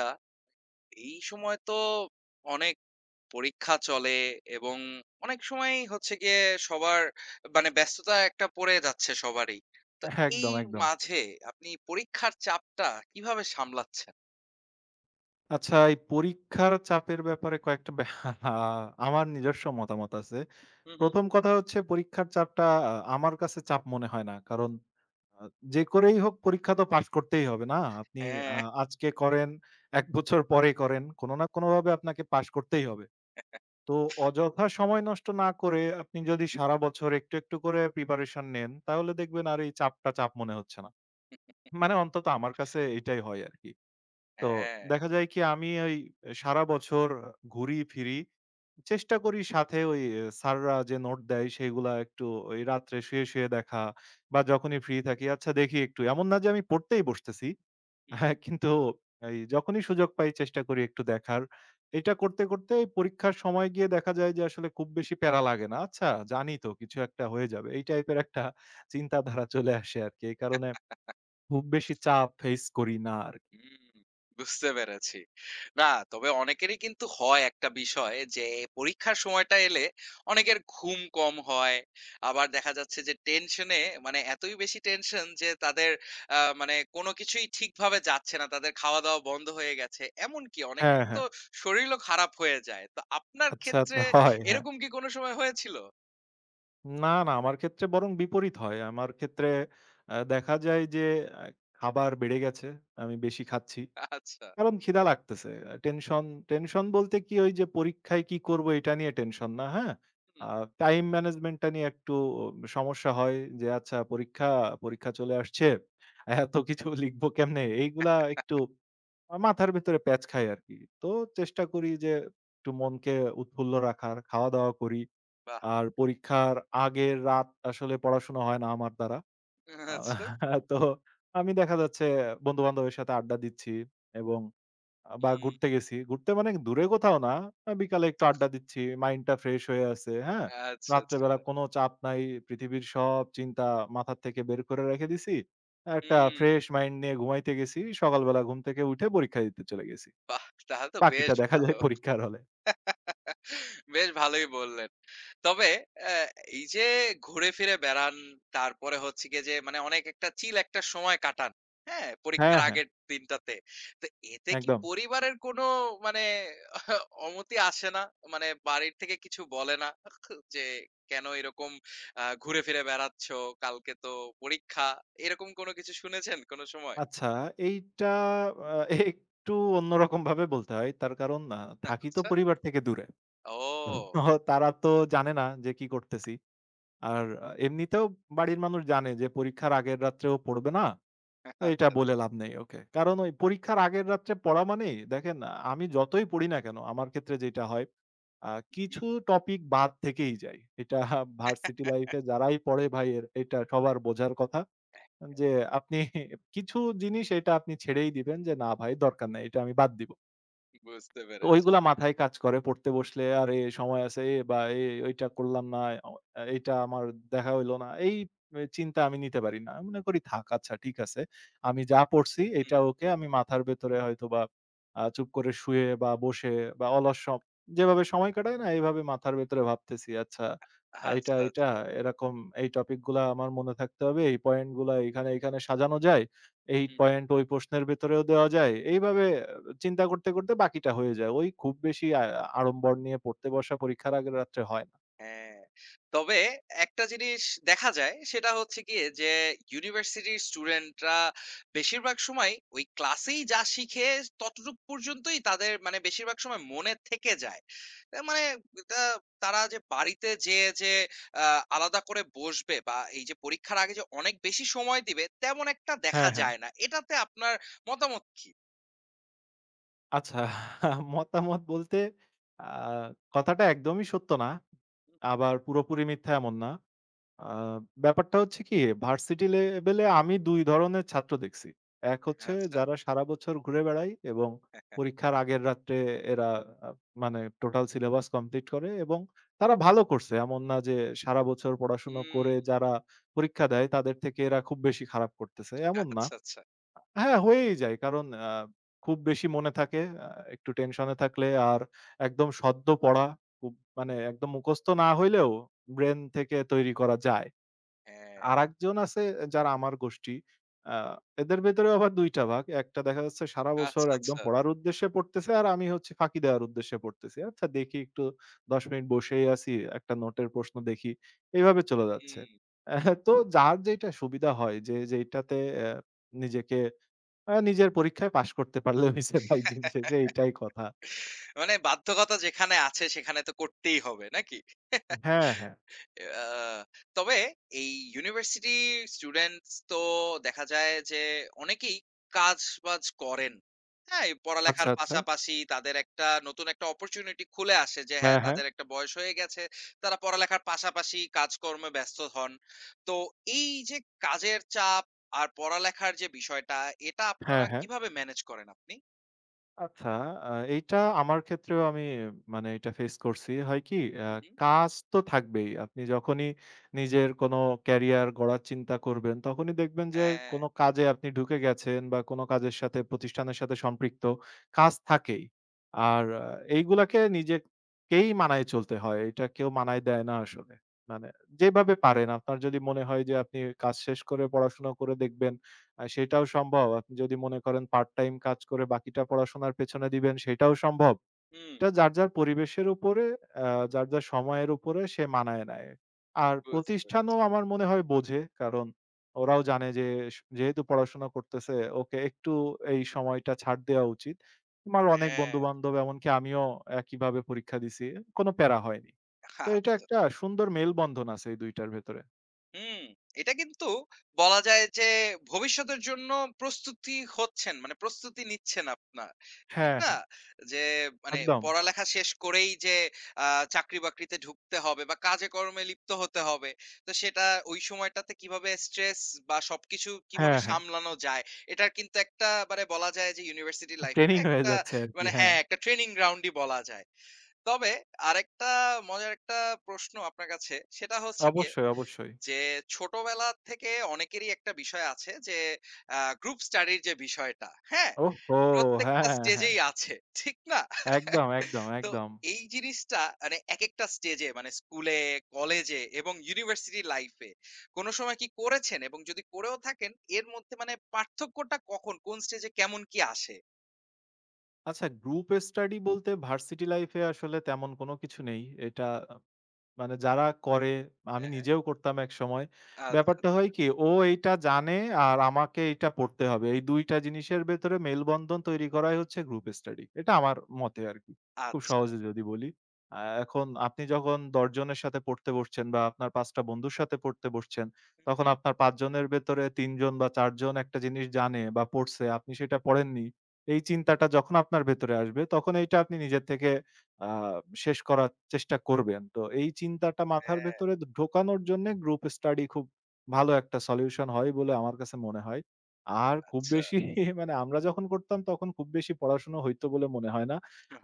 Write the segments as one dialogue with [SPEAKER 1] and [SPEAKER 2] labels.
[SPEAKER 1] আ এই সময় তো অনেক পরীক্ষা চলে এবং অনেক সময় হচ্ছে গিয়ে সবার মানে ব্যস্ততা একটা পড়ে যাচ্ছে সবারই। তো এই
[SPEAKER 2] একদম, একদম।
[SPEAKER 1] মাঝে আপনি পরীক্ষার চাপটা কিভাবে সামলাচ্ছেন?
[SPEAKER 2] আচ্ছা এই পরীক্ষার চাপের ব্যাপারে কয়েকটা আমার নিজস্ব মতামত আছে।
[SPEAKER 1] হু, হু।
[SPEAKER 2] ১ম কথা হচ্ছে পরীক্ষার চাপটা আমার কাছে চাপ মনে হয় না। কারণ আ যে করেই হোক পরীক্ষা তো পাস করতেই হবে, না? আপনি আ
[SPEAKER 1] হ্যাঁ,
[SPEAKER 2] আজকে করেন, ১ বছর পরে করেন, কোন না কোনভাবে আপনাকে পাস করতেই হবে। তো অযথা সময় নষ্ট না করে আপনি যদি সারা বছর একটু, একটু করে প্রিপারেশন নেন তাহলে দেখবেন আর এই চাপটা চাপ মনে হচ্ছে না। মানে অন্তত আমার কাছে এটাই হয় আরকি। তো
[SPEAKER 1] হ্যাঁ।
[SPEAKER 2] দেখা যায় কি আমি ওই সারা বছর ঘুরি ফিরি। চেষ্টা করি সাথে ওই স্যাররা যে নোট দেয় সেগুলা একটু ওই রাত্রে শুয়ে, শুয়ে দেখা বা যখনই ফ্রি থাকি আচ্ছা দেখি একটু। এমন না যে আমি পড়তেই বসতেছি। হ্যাঁ, কিন্তু এই যখনই সুযোগ পাই চেষ্টা করি একটু দেখার। এটা করতে, করতে এই পরীক্ষার সময় গিয়ে দেখা যায় যে আসলে খুব বেশি প্যারা লাগে না। আচ্ছা জানি তো কিছু একটা হয়ে যাবে। এই টাইপের একটা চিন্তাধারা চলে আসে আরকি। এই কারণে খুব বেশি চাপ ফেস করি না আরকি।
[SPEAKER 1] হুম, বুঝতে পেরেছি। না, তবে অনেকেরই কিন্তু হয় একটা বিষয় যে পরীক্ষার সময়টা এলে অনেকের ঘুম কম হয়। আবার দেখা যাচ্ছে যে টেনশনে মানে এতই বেশি টেনশন যে তাদের মানে কোনো কিছুই ঠিকভাবে যাচ্ছে না। তাদের খাওয়া-দাওয়া বন্ধ হয়ে গেছে। এমনকি অনেকের
[SPEAKER 2] হ্যাঁ, হ্যাঁ।
[SPEAKER 1] তো শরীরও খারাপ হয়ে যায়। তো আপনার
[SPEAKER 2] আচ্ছা,
[SPEAKER 1] ক্ষেত্রে
[SPEAKER 2] আচ্ছা হয়, হ্যাঁ।
[SPEAKER 1] এরকম কি কোনো সময় হয়েছিল?
[SPEAKER 2] না, না আমার ক্ষেত্রে বরং বিপরীত হয়। আমার ক্ষেত্রে দেখা যায় যে আ খাবার বেড়ে গেছে। আমি বেশি খাচ্ছি।
[SPEAKER 1] আচ্ছা।
[SPEAKER 2] কারণ খিদা লাগতেছে। টেনশন, টেনশন বলতে কি ওই যে পরীক্ষায় কি করবো এটা নিয়ে টেনশন না, হ্যাঁ? আ
[SPEAKER 1] হুম,
[SPEAKER 2] টাইম ম্যানেজমেন্টটা নিয়ে একটু সমস্যা হয় যে আচ্ছা পরীক্ষা, পরীক্ষা চলে আসছে। এত কিছু লিখবো কেমনে? এইগুলা একটু মাথার ভেতরে প্যাঁচ খায় আরকি। তো চেষ্টা করি যে একটু মনকে উৎফুল্ল রাখার, খাওয়া-দাওয়া করি।
[SPEAKER 1] বাহ!
[SPEAKER 2] আর পরীক্ষার আগের রাত আসলে পড়াশোনা হয় না আমার দ্বারা। আ
[SPEAKER 1] আচ্ছা।
[SPEAKER 2] তো আমি দেখা যাচ্ছে বন্ধু-বান্ধবের সাথে আড্ডা দিচ্ছি এবং বা
[SPEAKER 1] হুম,
[SPEAKER 2] ঘুরতে গেছি। ঘুরতে মানে দূরে কোথাও না। বিকালে একটু আড্ডা দিচ্ছি। মাইন্ডটা ফ্রেশ হয়ে আছে, হ্যাঁ?
[SPEAKER 1] আচ্ছা, আচ্ছা।
[SPEAKER 2] রাত্রেবেলা কোনো চাপ নাই। পৃথিবীর সব চিন্তা মাথার থেকে বের করে রেখে দিছি। একটা
[SPEAKER 1] হুম,
[SPEAKER 2] ফ্রেশ মাইন্ড নিয়ে ঘুমাইতে গেছি। সকালবেলা ঘুম থেকে উঠে পরীক্ষা দিতে চলে গেছি।
[SPEAKER 1] বাহ! তাহলে তো
[SPEAKER 2] বাকিটা
[SPEAKER 1] বেশ
[SPEAKER 2] দেখা যায়
[SPEAKER 1] ভালো।
[SPEAKER 2] পরীক্ষার হলে।
[SPEAKER 1] বেশ ভালোই বললেন। তবে অ্যা এই যে ঘুরে ফিরে বেড়ান, তারপরে হচ্ছে গিয়ে যে মানে অনেক একটা চিল একটা সময় কাটান। হ্যাঁ?
[SPEAKER 2] হ্যাঁ,
[SPEAKER 1] পরীক্ষার
[SPEAKER 2] হ্যাঁ,
[SPEAKER 1] আগের দিনটাতে। তো এতে কি
[SPEAKER 2] একদম।
[SPEAKER 1] পরিবারের কোনো মানে অমতি আসে না? মানে বাড়ির থেকে কিছু বলে না? যে কেন এরকম ঘুরে ফিরে বেড়াচ্ছ? কালকে তো পরীক্ষা। এরকম কোনো কিছু শুনেছেন কোনো সময়?
[SPEAKER 2] আচ্ছা, এইটা আ একটু অন্যরকমভাবে বলতে হয়। তার কারণ থাকি তো
[SPEAKER 1] আচ্ছা।
[SPEAKER 2] পরিবার থেকে দূরে। তো
[SPEAKER 1] ও
[SPEAKER 2] তারা তো জানে না যে কি করতেছি। আর এমনিতেও বাড়ির মানুষ জানে যে পরীক্ষার আগের রাত্রেও পড়বে না। তো
[SPEAKER 1] আচ্ছা,
[SPEAKER 2] এটা
[SPEAKER 1] আচ্ছা।
[SPEAKER 2] বলে লাভ নেই ওকে। কারণ ওই পরীক্ষার আগের রাত্রে পড়া মানেই দেখেন আমি যতই পড়ি না কেন আমার ক্ষেত্রে যেটা হয় আ
[SPEAKER 1] হুম,
[SPEAKER 2] কিছু টপিক বাদ থেকেই যায়। এটা ভার্সিটি লাইফ এ যারাই পড়ে ভাই এর এটা সবার বোঝার কথা। যে আপনি কিছু জিনিস এটা আপনি ছেড়েই দিবেন যে, "না ভাই দরকার নাই। এটা আমি বাদ দিব।"
[SPEAKER 1] বুঝতে
[SPEAKER 2] তো
[SPEAKER 1] পেরেছি।
[SPEAKER 2] ওইগুলা মাথায় কাজ করে পড়তে বসলে, "আরে সময় আছে" এ বা "এই ওইটা করলাম না, অ এইটা আমার দেখা হইল না।" এই চিন্তা আমি নিতে পারি না। আমি মনে করি, "থাক আচ্ছা ঠিক আছে। আমি যা পড়ছি এটা ওকে।" আমি মাথার ভেতরে হয়তোবা চুপ করে শুয়ে বা বসে বা অলস স যেভাবে সময় কাটায় না এভাবে মাথার ভেতরে ভাবতেছি, "আচ্ছা এটা,
[SPEAKER 1] আচ্ছা,
[SPEAKER 2] এটা
[SPEAKER 1] আচ্ছা।
[SPEAKER 2] এরকম এই টপিক গুলা আমার মনে থাকতে হবে। এই পয়েন্ট গুলা এখানে, এখানে সাজানো যায়। এই
[SPEAKER 1] হুম।
[SPEAKER 2] পয়েন্ট ওই প্রশ্নের ভেতরেও দেওয়া যায়।" এইভাবে চিন্তা করতে, করতে বাকিটা হয়ে যায়। ওই খুব বেশি আড়ম্বর নিয়ে পড়তে বসা পরীক্ষার আগের রাত্রে হয় না।
[SPEAKER 1] হ্যাঁ। তবে একটা জিনিস দেখা যায় সেটা হচ্ছে গিয়ে যে ইউনিভার্সিটির স্টুডেন্টরা বেশিরভাগ সময় ওই ক্লাসেই যা শিখে ততটুক পর্যন্তই তাদের মানে বেশিরভাগ সময় মনে থেকে যায়। মানে এটা তারা যে বাড়িতে যেয়ে যে আ আলাদা করে বসবে বা এই যে পরীক্ষার আগে যে অনেক বেশি সময় দিবে তেমন একটা দেখা
[SPEAKER 2] হ্যাঁ, হ্যাঁ।
[SPEAKER 1] যায় না। এটাতে আপনার মতামত কি?
[SPEAKER 2] আচ্ছা মতামত বলতে আ কথাটা একদমই সত্য না। আবার পুরোপুরি মিথ্যা এমন না। আ ব্যাপারটা হচ্ছে কি ভার্সিটি লেভেলে আমি ২ ধরনের ছাত্র দেখছি। এক হচ্ছে
[SPEAKER 1] আচ্ছা।
[SPEAKER 2] যারা সারা বছর ঘুরে বেড়ায় এবং পরীক্ষার আগের রাত্রে এরা আ মানে টোটাল সিলেবাস কমপ্লিট করে এবং তারা ভালো করছে। এমন না যে সারা বছর পড়াশুনো
[SPEAKER 1] হুম।
[SPEAKER 2] করে যারা পরীক্ষা দেয় তাদের থেকে এরা খুব বেশি খারাপ করতেছে, এমন না।
[SPEAKER 1] আচ্ছা, আচ্ছা।
[SPEAKER 2] হ্যাঁ, হয়েই যায়। কারণ খুব বেশি মনে থাকে, একটু টেনশনে থাকলে আর একদম সদ্য পড়া খুব মানে একদম মুখস্থ না হইলেও ব্রেইন থেকে তৈরি করা যায়।
[SPEAKER 1] হ্যাঁ।
[SPEAKER 2] আরেকজন আছে যারা আমার গোষ্ঠী। আ এদের ভেতরেও আবার ২ টা ভাগ। একটা দেখা যাচ্ছে সারা বছর
[SPEAKER 1] আচ্ছা,
[SPEAKER 2] একদম
[SPEAKER 1] আচ্ছা।
[SPEAKER 2] পড়ার উদ্দেশ্যে পড়তেছে, আর আমি হচ্ছি ফাঁকি দেওয়ার উদ্দেশ্যে পড়তেছি। আচ্ছা দেখি একটু ১০ মিনিট বসেই আছি, একটা নোটের প্রশ্ন দেখি। এভাবে চলে যাচ্ছে।
[SPEAKER 1] হুম।
[SPEAKER 2] এহ তো যার যেইটা সুবিধা হয় যে যেইটাতে নিজেকে নিজের পরীক্ষায় পাস করতে পারলে হইছে ভাই দিন শেষে এইটাই কথা।
[SPEAKER 1] মানে বাধ্যকতা যেখানে আছে সেখানে তো করতেই হবে নাকি?
[SPEAKER 2] হ্যাঁ, হ্যাঁ।
[SPEAKER 1] আহ, তবে এই ইউনিভার্সিটি স্টুডেন্টস তো দেখা যায় যে অনেকেই কাজ-বাজ করেন। হ্যাঁ, এই
[SPEAKER 2] আচ্ছা,
[SPEAKER 1] পড়ালেখার
[SPEAKER 2] আচ্ছা।
[SPEAKER 1] পাশাপাশি তাদের একটা নতুন একটা অপরচুনিটি খুলে আসে যে
[SPEAKER 2] হ্যাঁ,
[SPEAKER 1] হ্যাঁ,
[SPEAKER 2] হ্যাঁ।
[SPEAKER 1] তাদের একটা বয়স হয়ে গেছে। তারা পড়ালেখার পাশাপাশি কাজকর্মে ব্যস্ত হন। তো এই যে কাজের চাপ আর পড়ালেখার যে বিষয়টা এটা
[SPEAKER 2] হ্যাঁ,
[SPEAKER 1] আপনারা
[SPEAKER 2] হ্যাঁ।
[SPEAKER 1] কিভাবে ম্যানেজ করেন আপনি?
[SPEAKER 2] আচ্ছা, এইটা আমার ক্ষেত্রেও আমি মানে এটা ফেস করছি। হয় কি? আ
[SPEAKER 1] হু, হু।
[SPEAKER 2] কাজ তো থাকবেই। আপনি যখনই নিজের কোনো ক্যারিয়ার গড়ার চিন্তা করবেন, তখনই দেখবেন যে
[SPEAKER 1] হ্যাঁ,
[SPEAKER 2] কোনো কাজে আপনি ঢুকে গেছেন বা কোনো কাজের সাথে প্রতিষ্ঠানের সাথে সম্পৃক্ত, কাজ থাকেই। আর এইগুলাকে নিজেকেই মানায় চলতে হয়। এটা কেউ মানায় দেয় না আসলে। মানে যেভাবে পারেন। আপনার যদি মনে হয় যে আপনি কাজ শেষ করে পড়াশোনা করে দেখবেন সেটাও সম্ভব। আপনি যদি মনে করেন পার্ট টাইম কাজ করে বাকিটা পড়াশোনার পেছনে দিবেন সেটাও সম্ভব।
[SPEAKER 1] হুম,
[SPEAKER 2] এটা যার, যার পরিবেশের উপরে আ যার, যার সময়ের উপরে সে মানায় নেয়। আর
[SPEAKER 1] বুঝতে পেরেছি।
[SPEAKER 2] প্রতিষ্ঠানও আমার মনে হয় বোঝে। কারণ ওরাও জানে যে স যেহেতু পড়াশোনা করতেছে ওকে একটু এই সময়টা ছাড় দেওয়া উচিত। আমার অনেক
[SPEAKER 1] হ্যাঁ,
[SPEAKER 2] বন্ধু-বান্ধব এমনকি আমিও একইভাবে পরীক্ষা দিছি। কোনো প্যারা হয়নি। তো এটা
[SPEAKER 1] আচ্ছা।
[SPEAKER 2] একটা সুন্দর মেলবন্ধন আছে এই ২ টার ভেতরে।
[SPEAKER 1] হুম, এটা কিন্তু বলা যায় যে ভবিষ্যতের জন্য প্রস্তুতি হচ্ছেন, মানে প্রস্তুতি নিচ্ছেন আপনার। ঠিক
[SPEAKER 2] হ্যাঁ,
[SPEAKER 1] না?
[SPEAKER 2] হ্যাঁ।
[SPEAKER 1] যে মানে
[SPEAKER 2] একদম।
[SPEAKER 1] পড়ালেখা শেষ করেই যে আ চাকরি-বাকরিতে ঢুকতে হবে বা কাজে-কর্মে লিপ্ত হতে হবে। তো সেটা ওই সময়টাতে কিভাবে স্ট্রেস বা সবকিছু কিভাবে
[SPEAKER 2] হ্যাঁ, হ্যাঁ।
[SPEAKER 1] সামলানো যায়, এটার কিন্তু একটা মানে বলা যায় যে ইউনিভার্সিটি লাইফটা
[SPEAKER 2] ট্রেনিং হয়ে
[SPEAKER 1] একটা
[SPEAKER 2] যাচ্ছে আরকি।
[SPEAKER 1] মানে
[SPEAKER 2] হ্যাঁ।
[SPEAKER 1] হ্যাঁ, একটা ট্রেনিং গ্রাউন্ডই বলা যায়। তবে আরেকটা মজার একটা প্রশ্ন আপনার কাছে। সেটা হচ্ছে গিয়ে
[SPEAKER 2] অবশ্যই, অবশ্যই।
[SPEAKER 1] যে ছোটবেলা থেকে অনেকেরই একটা বিষয় আছে যে আ গ্রুপ স্টাডির যে বিষয়টা, হ্যাঁ?
[SPEAKER 2] ওহহো!
[SPEAKER 1] প্রত্যেকটা
[SPEAKER 2] হ্যাঁ, হ্যাঁ।
[SPEAKER 1] স্টেজেই আছে। ঠিক না?
[SPEAKER 2] একদম, একদম,
[SPEAKER 1] তো
[SPEAKER 2] একদম।
[SPEAKER 1] এই জিনিসটা মানে একেকটা স্টেজে মানে স্কুলে, কলেজে এবং ইউনিভার্সিটি লাইফ এ কোন সময় কি করেছেন? এবং যদি করেও থাকেন এর মধ্যে মানে পার্থক্যটা কখন? কোন স্টেজে কেমন কি আসে?
[SPEAKER 2] আচ্ছা গ্রুপ স্টাডি বলতে ভার্সিটি লাইফ এ আসলে তেমন কোনো কিছু নেই। এটা মানে যারা করে, আমি
[SPEAKER 1] হ্যাঁ, হ্যাঁ।
[SPEAKER 2] নিজেও করতাম একসময়।
[SPEAKER 1] আচ্ছা,
[SPEAKER 2] ব্যাপারটা
[SPEAKER 1] আচ্ছা।
[SPEAKER 2] হয় কি? ও এইটা জানে আর আমাকে এইটা পড়তে হবে। এই ২ টা জিনিসের ভেতরে মেলবন্ধন তৈরি করাই হচ্ছে গ্রুপ স্টাডি। এটা আমার মতে আরকি। খুব
[SPEAKER 1] আচ্ছা।
[SPEAKER 2] সহজে যদি বলি। এখন আপনি যখন ১০ জনের সাথে পড়তে বসছেন বা আপনার ৫ টা বন্ধুর সাথে পড়তে বসছেন,
[SPEAKER 1] হুম,
[SPEAKER 2] তখন
[SPEAKER 1] হুম।
[SPEAKER 2] আপনার ৫ জনের ভেতরে ৩ জন বা ৪ জন একটা জিনিস জানে বা পড়ছে, আপনি সেটা পড়েননি। এই চিন্তাটা যখন আপনার ভেতরে আসবে, তখন এইটা আপনি নিজের থেকে আ শেষ করার চেষ্টা করবেন। তো এই চিন্তাটা মাথার
[SPEAKER 1] হ্যাঁ,
[SPEAKER 2] ভেতরে ঢোকানোর জন্যে গ্রুপ স্টাডি খুব ভালো একটা সলিউশন হয় বলে আমার কাছে মনে হয়। আর খুব
[SPEAKER 1] আচ্ছা,
[SPEAKER 2] বেশি মানে আমরা যখন করতাম তখন খুব বেশি পড়াশোনা হইতো বলে মনে হয় না।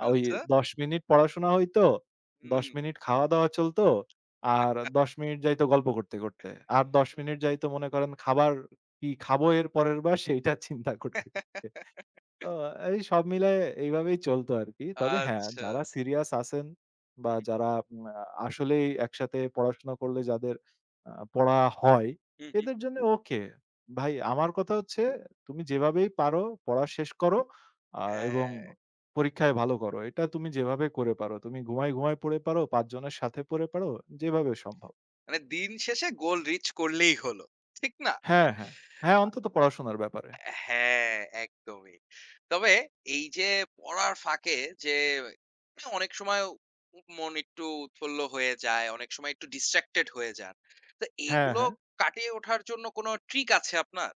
[SPEAKER 2] ওই
[SPEAKER 1] আচ্ছা।
[SPEAKER 2] ১০ মিনিট পড়াশোনা হইতো, ১০
[SPEAKER 1] হুম।
[SPEAKER 2] মিনিট খাওয়া-দাওয়া চলতো, আর ১০ মিনিট যাইতো গল্প করতে, করতে। আর ১০ মিনিট যাইতো মনে করেন খাবার কি খাবো এর পরেরবার সেইটা চিন্তা করতে, করতে। ও এই সব মিলায়ে এইভাবেই চলতো আরকি। তবে হ্যাঁ,
[SPEAKER 1] আচ্ছা।
[SPEAKER 2] যারা সিরিয়াস আছেন বা যারা উম আ আসলেই একসাথে পড়াশোনা করলে যাদের পড়া হয়,
[SPEAKER 1] হু, হু।
[SPEAKER 2] এদের জন্য ওকে। ভাই আমার কথা হচ্ছে তুমি যেভাবেই পারো পড়া শেষ করো আ এবং
[SPEAKER 1] হ্যাঁ।
[SPEAKER 2] পরীক্ষায় ভালো করো। এটা তুমি যেভাবে করে পারো। তুমি ঘুমায়, ঘুমায় পড়ে পারো, ৫ জনের সাথে পড়ে পারো, যেভাবে সম্ভব।
[SPEAKER 1] মানে দিন শেষে গোল রিচ করলেই হলো। ঠিক না?
[SPEAKER 2] হ্যাঁ, হ্যাঁ। হ্যাঁ, অন্তত পড়াশোনার ব্যাপারে।
[SPEAKER 1] হ্যাঁ, একদমই। তবে এই যে পড়ার ফাঁকে যে অনেক সময় মন একটু উৎফুল্ল হয়ে যায়, অনেক সময় একটু distracted হয়ে যান। তো
[SPEAKER 2] হ্যাঁ,
[SPEAKER 1] এইগুলো
[SPEAKER 2] হ্যাঁ।
[SPEAKER 1] কাটিয়ে ওঠার জন্য কোনো ট্রিক আছে আপনার?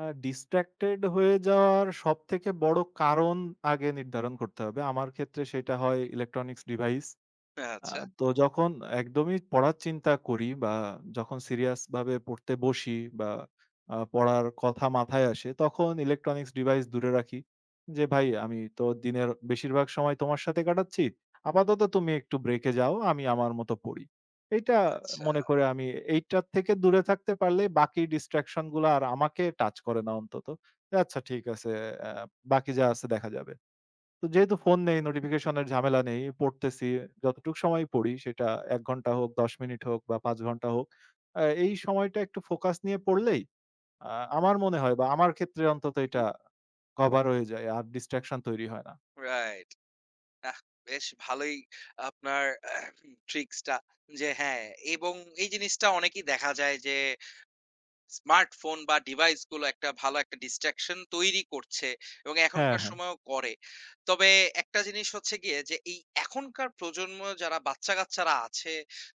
[SPEAKER 2] distracted হয়ে যাওয়ার সবথেকে বড় কারণ আগে নির্ধারণ করতে হবে। আমার ক্ষেত্রে সেটা
[SPEAKER 1] হু,
[SPEAKER 2] হয়
[SPEAKER 1] হু।
[SPEAKER 2] Electronics device. আ
[SPEAKER 1] আচ্ছা,
[SPEAKER 2] তো যখন একদমই পড়ার চিন্তা করি বা যখন সিরিয়াস ভাবে পড়তে বসি বা পড়ার কথা মাথায় আসে, তখন ইলেকট্রনিক্স ডিভাইস দূরে রাখি। যে ভাই আমি তো দিনের বেশিরভাগ সময় তোমার সাথে কাটাচ্ছি। আপাতত তুমি একটু ব্রেকে যাও। আমি আমার মতো পড়ি। এইটা
[SPEAKER 1] আচ্ছা।
[SPEAKER 2] মনে করে আমি এইটার থেকে দূরে থাকতে পারলে বাকি ডিস্ট্রাকশন গুলা আর আমাকে টাচ করে না অন্তত। আচ্ছা ঠিক আছে, আ বাকি যা আছে দেখা যাবে। তো যেহেতু ফোন নেই, নোটিফিকেশনের ঝামেলা নেই। পড়তেছি, যতটুক সময় পড়ি সেটা ১ ঘন্টা হোক, ১০ মিনিট হোক বা ৫ ঘন্টা হোক। এই সময়টা একটু ফোকাস নিয়ে পড়লেই আ আমার মনে হয় বা আমার ক্ষেত্রে অন্তত
[SPEAKER 1] হু, হু।
[SPEAKER 2] এটা কভার হয়ে যায়। আর ডিসট্রাকশন তৈরি হয় না।
[SPEAKER 1] রাইট। আহ! বেশ ভালোই আপনার ট্রিক্সটা যে হ্যাঁ, এবং এই জিনিসটা অনেকেই দেখা যায় যে স্মার্টফোন বা ডিভাইসগুলো একটা ভালো একটা distraction তৈরি করছে এবং
[SPEAKER 2] হ্যাঁ,
[SPEAKER 1] এখনকার
[SPEAKER 2] হ্যাঁ।
[SPEAKER 1] সময়ও করে। তবে একটা জিনিস হচ্ছে গিয়ে যে এই এখনকার প্রজন্ম যারা বাচ্চা-কাচ্চারা আছে,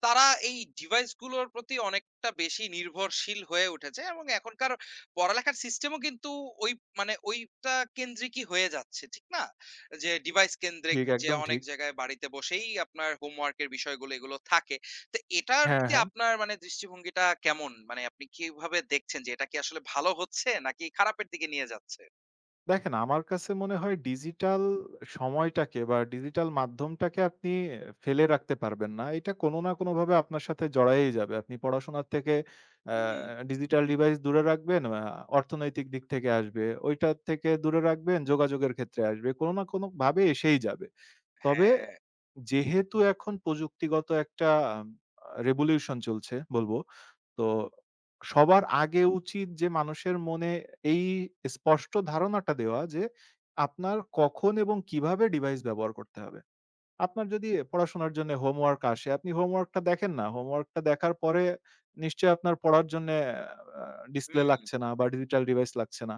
[SPEAKER 1] তারা এই ডিভাইসগুলোর প্রতি অনেকটা বেশি নির্ভরশীল হয়ে উঠেছে এবং এখনকার পড়ালেখার সিস্টেমও কিন্তু ওই মানে ওইটা কেন্দ্রিকই হয়ে যাচ্ছে, ঠিক না? যে ডিভাইস কেন্দ্রিক
[SPEAKER 2] ঠিক,
[SPEAKER 1] যে
[SPEAKER 2] একদম
[SPEAKER 1] অনেক
[SPEAKER 2] ঠিক।
[SPEAKER 1] জায়গায় বাড়িতে বসেই আপনার হোমওয়ার্ক এর বিষয়গুলো এগুলো থাকে। তো এটার
[SPEAKER 2] হ্যাঁ,
[SPEAKER 1] প্রতি
[SPEAKER 2] হ্যাঁ।
[SPEAKER 1] আপনার মানে দৃষ্টিভঙ্গিটা কেমন? মানে আপনি কিভাবে দেখছেন যে এটা কি আসলে ভালো হচ্ছে নাকি খারাপের দিকে নিয়ে যাচ্ছে?
[SPEAKER 2] দেখেন, আমার কাছে মনে হয় ডিজিটাল সময়টাকে বা ডিজিটাল মাধ্যমটাকে আপনি ফেলে রাখতে পারবেন না। এটা কোনো না কোনোভাবে আপনার সাথে জড়ায়েই যাবে। আপনি পড়াশোনার থেকে
[SPEAKER 1] হুম,
[SPEAKER 2] অ্যা ডিজিটাল ডিভাইস দূরে রাখবেন, অর্থনৈতিক দিক থেকে আসবে। ওইটার থেকে দূরে রাখবেন, যোগাযোগের ক্ষেত্রে আসবে। কোনো না কোনোভাবে এসেই যাবে। তবে
[SPEAKER 1] হ্যাঁ।
[SPEAKER 2] যেহেতু এখন প্রযুক্তিগত একটা আম আ revolution চলছে বলব। তো সবার আগে উচিত যে মানুষের মনে এই স্পষ্ট ধারণাটা দেওয়া যে আপনার কখন এবং কিভাবে ডিভাইস ব্যবহার করতে হবে। আপনার যদি পড়াশোনার জন্য হোমওয়ার্ক আসে, আপনি হোমওয়ার্কটা দেখেন না। হোমওয়ার্কটা দেখার পরে নিশ্চয়ই আপনার পড়ার জন্যে আ ডিসপ্লে
[SPEAKER 1] হুম,
[SPEAKER 2] লাগছে না বা ডিজিটাল ডিভাইস লাগছে না।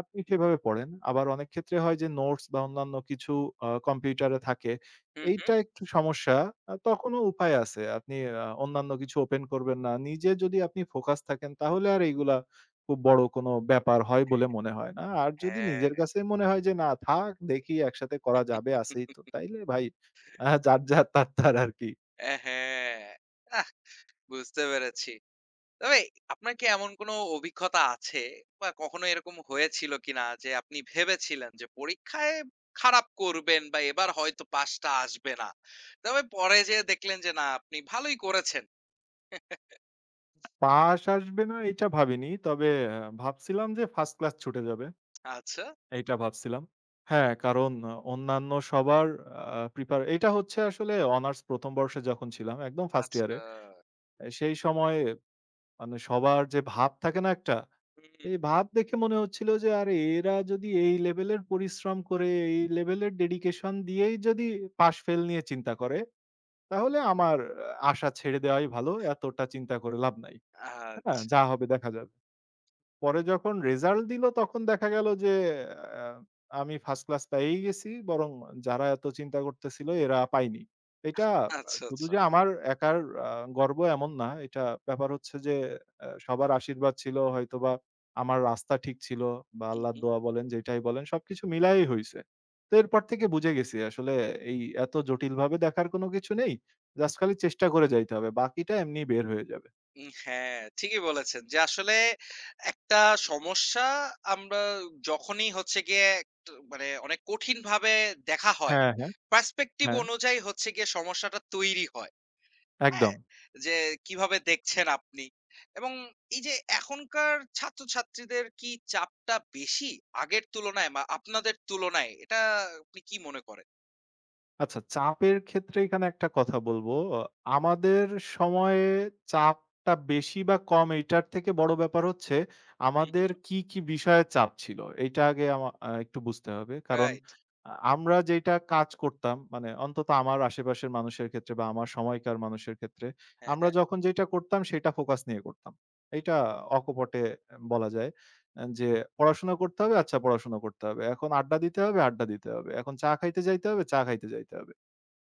[SPEAKER 2] আপনি সেভাবে পড়েন। আবার অনেক ক্ষেত্রে হয় যে নোটস বা অন্যান্য কিছু কম্পিউটারে থাকে।
[SPEAKER 1] হুম, হুম।
[SPEAKER 2] এইটা একটু সমস্যা। তখনও উপায় আছে। আপনি অন্যান্য কিছু ওপেন করবেন না। নিজে যদি আপনি ফোকাস থাকেন তাহলে আর এইগুলা খুব বড় কোনো ব্যাপার হয় বলে মনে হয় না। আর যদি নিজের
[SPEAKER 1] হ্যাঁ।
[SPEAKER 2] কাছেই মনে হয় যে, "না থাক দেখি একসাথে করা যাবে, আছেই তো।" তাইলে ভাই আহা যার, যার তার, তার আরকি।
[SPEAKER 1] হ্যাঁ। আহ! বুঝতে পেরেছি। তবে আপনার কি এমন কোনো অভিজ্ঞতা আছে বা কখনো এরকম হয়েছিল কিনা যে আপনি ভেবেছিলেন যে পরীক্ষায় খারাপ করবেন বা এবার হয়তো পাসটা আসবে না। তবে পরে যেয়ে দেখলেন যে না আপনি ভালোই করেছেন।
[SPEAKER 2] পাস আসবে না এইটা ভাবিনি। তবে ভাবছিলাম যে ফার্স্ট ক্লাস ছুটে যাবে।
[SPEAKER 1] আচ্ছা,
[SPEAKER 2] এইটা ভাবছিলাম। হ্যাঁ, কারণ অন্যান্য সবার আ প্রিপার এইটা হচ্ছে আসলে অনার্স ১ম বর্ষে যখন ছিলাম, একদম ফার্স্ট ইয়ারে।
[SPEAKER 1] আচ্ছা।
[SPEAKER 2] এ সেই সময় মানে সবার যে ভাব থাকে না একটা?
[SPEAKER 1] হুম।
[SPEAKER 2] এই ভাব দেখে মনে হচ্ছিল যে আরে এরা যদি এই লেভেলের পরিশ্রম করে, এই লেভেলের ডেডিকেশন দিয়েই যদি পাস ফেল নিয়ে চিন্তা করে, তাহলে আমার আশা ছেড়ে দেওয়াই ভালো। এতটা চিন্তা করে লাভ নাই। হ্যাঁ,
[SPEAKER 1] আচ্ছা,
[SPEAKER 2] যা হবে দেখা যাবে। পরে যখন রেজাল্ট দিল তখন দেখা গেল যে আ আমি ফার্স্ট ক্লাস পেয়েই গেছি। বরং যারা এত চিন্তা করতেছিল এরা পায়নি। এটা
[SPEAKER 1] আচ্ছা,
[SPEAKER 2] শুধু
[SPEAKER 1] আচ্ছা।
[SPEAKER 2] যে আমার একার আ গর্ব এমন না। এটা ব্যাপার হচ্ছে যে সবার আশীর্বাদ ছিল হয়তোবা আমার রাস্তা ঠিক ছিল বা
[SPEAKER 1] হুম,
[SPEAKER 2] আল্লাহর
[SPEAKER 1] হুম।
[SPEAKER 2] দোয়া বলেন যেটাই বলেন সবকিছু মিলায়েই হইছে। তো এরপর থেকে বুঝে গেছি আসলে এই এত জটিলভাবে দেখার কোনো কিছু নেই। জাস্ট খালি চেষ্টা করে যাইতে হবে। বাকিটা এমনি বের হয়ে যাবে।
[SPEAKER 1] উম, হ্যাঁ, ঠিকই বলেছেন যে আসলে একটা সমস্যা আমরা যখনই হচ্ছে গিয়ে একটু মানে অনেক কঠিনভাবে দেখা হয়,
[SPEAKER 2] হ্যাঁ, হ্যাঁ,
[SPEAKER 1] পার্সপেক্টিভ
[SPEAKER 2] হ্যাঁ,
[SPEAKER 1] অনুযায়ী হচ্ছে গিয়ে সমস্যাটা তৈরি হয়। হ্যাঁ?
[SPEAKER 2] একদম।
[SPEAKER 1] যে কিভাবে দেখছেন আপনি? এবং এই যে এখনকার ছাত্রছাত্রীদের কি চাপটা বেশি আগের তুলনায় বা আপনাদের তুলনায়? এটা আপনি কি মনে করেন?
[SPEAKER 2] আচ্ছা, চাপের ক্ষেত্রে এখানে একটা কথা বলব। আ আমাদের সময়ে চাপটা বেশি বা কম এইটার থেকে বড় ব্যাপার হচ্ছে
[SPEAKER 1] হুম,
[SPEAKER 2] আমাদের
[SPEAKER 1] হুম।
[SPEAKER 2] কি, কি বিষয়ে চাপ ছিল? এইটা আগে আমা আ একটু বুঝতে হবে। কারণ
[SPEAKER 1] রাইট।
[SPEAKER 2] আমরা যেইটা কাজ করতাম মানে অন্তত আমার আশেপাশের মানুষের ক্ষেত্রে বা আমার সময়কার মানুষের ক্ষেত্রে,
[SPEAKER 1] হ্যাঁ,
[SPEAKER 2] আমরা
[SPEAKER 1] হ্যাঁ।
[SPEAKER 2] যখন যেইটা করতাম সেইটা ফোকাস নিয়ে করতাম। এইটা অকপটে বলা যায় যে পড়াশোনা করতে হবে, আচ্ছা পড়াশোনা করতে হবে। এখন আড্ডা দিতে হবে, আড্ডা দিতে হবে। এখন চা খাইতে যাইতে হবে, চা খাইতে যাইতে হবে।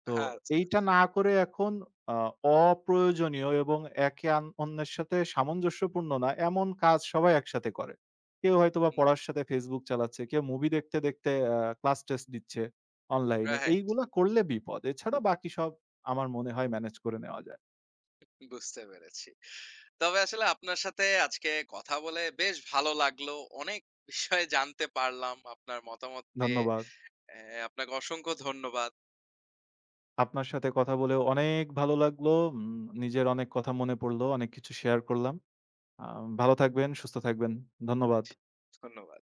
[SPEAKER 2] তো
[SPEAKER 1] আচ্ছা,
[SPEAKER 2] এইটা
[SPEAKER 1] আচ্ছা।
[SPEAKER 2] না করে এখন আ অপ্রয়োজনীয় এবং একে অন্যের সাথে সামঞ্জস্যপূর্ণ না, এমন কাজ সবাই একসাথে করে। কেউ হয়তোবা
[SPEAKER 1] হুম,
[SPEAKER 2] পড়ার সাথে Facebook চালাচ্ছে, কেউ মুভি দেখতে, দেখতে ক্লাস টেস্ট দিচ্ছে অনলাইনে।
[SPEAKER 1] রাইট।
[SPEAKER 2] এইগুলা করলে বিপদ। এছাড়া বাকি সব আমার মনে হয় ম্যানেজ করে নেওয়া যায়।
[SPEAKER 1] বুঝতে পেরেছি। তবে আসলে আপনার সাথে আজকে কথা বলে বেশ ভালো লাগলো। অনেক বিষয় জানতে পারলাম আপনার মতামত পেয়ে।
[SPEAKER 2] ধন্যবাদ।
[SPEAKER 1] আপনাকে অসংখ্য ধন্যবাদ।
[SPEAKER 2] আপনার সাথে কথা বলেও অনেক ভালো লাগলো। উম নিজের অনেক কথা মনে পড়লো। অনেক কিছু শেয়ার করলাম। আ ভালো থাকবেন, সুস্থ থাকবেন। ধন্যবাদ।
[SPEAKER 1] ধন্যবাদ।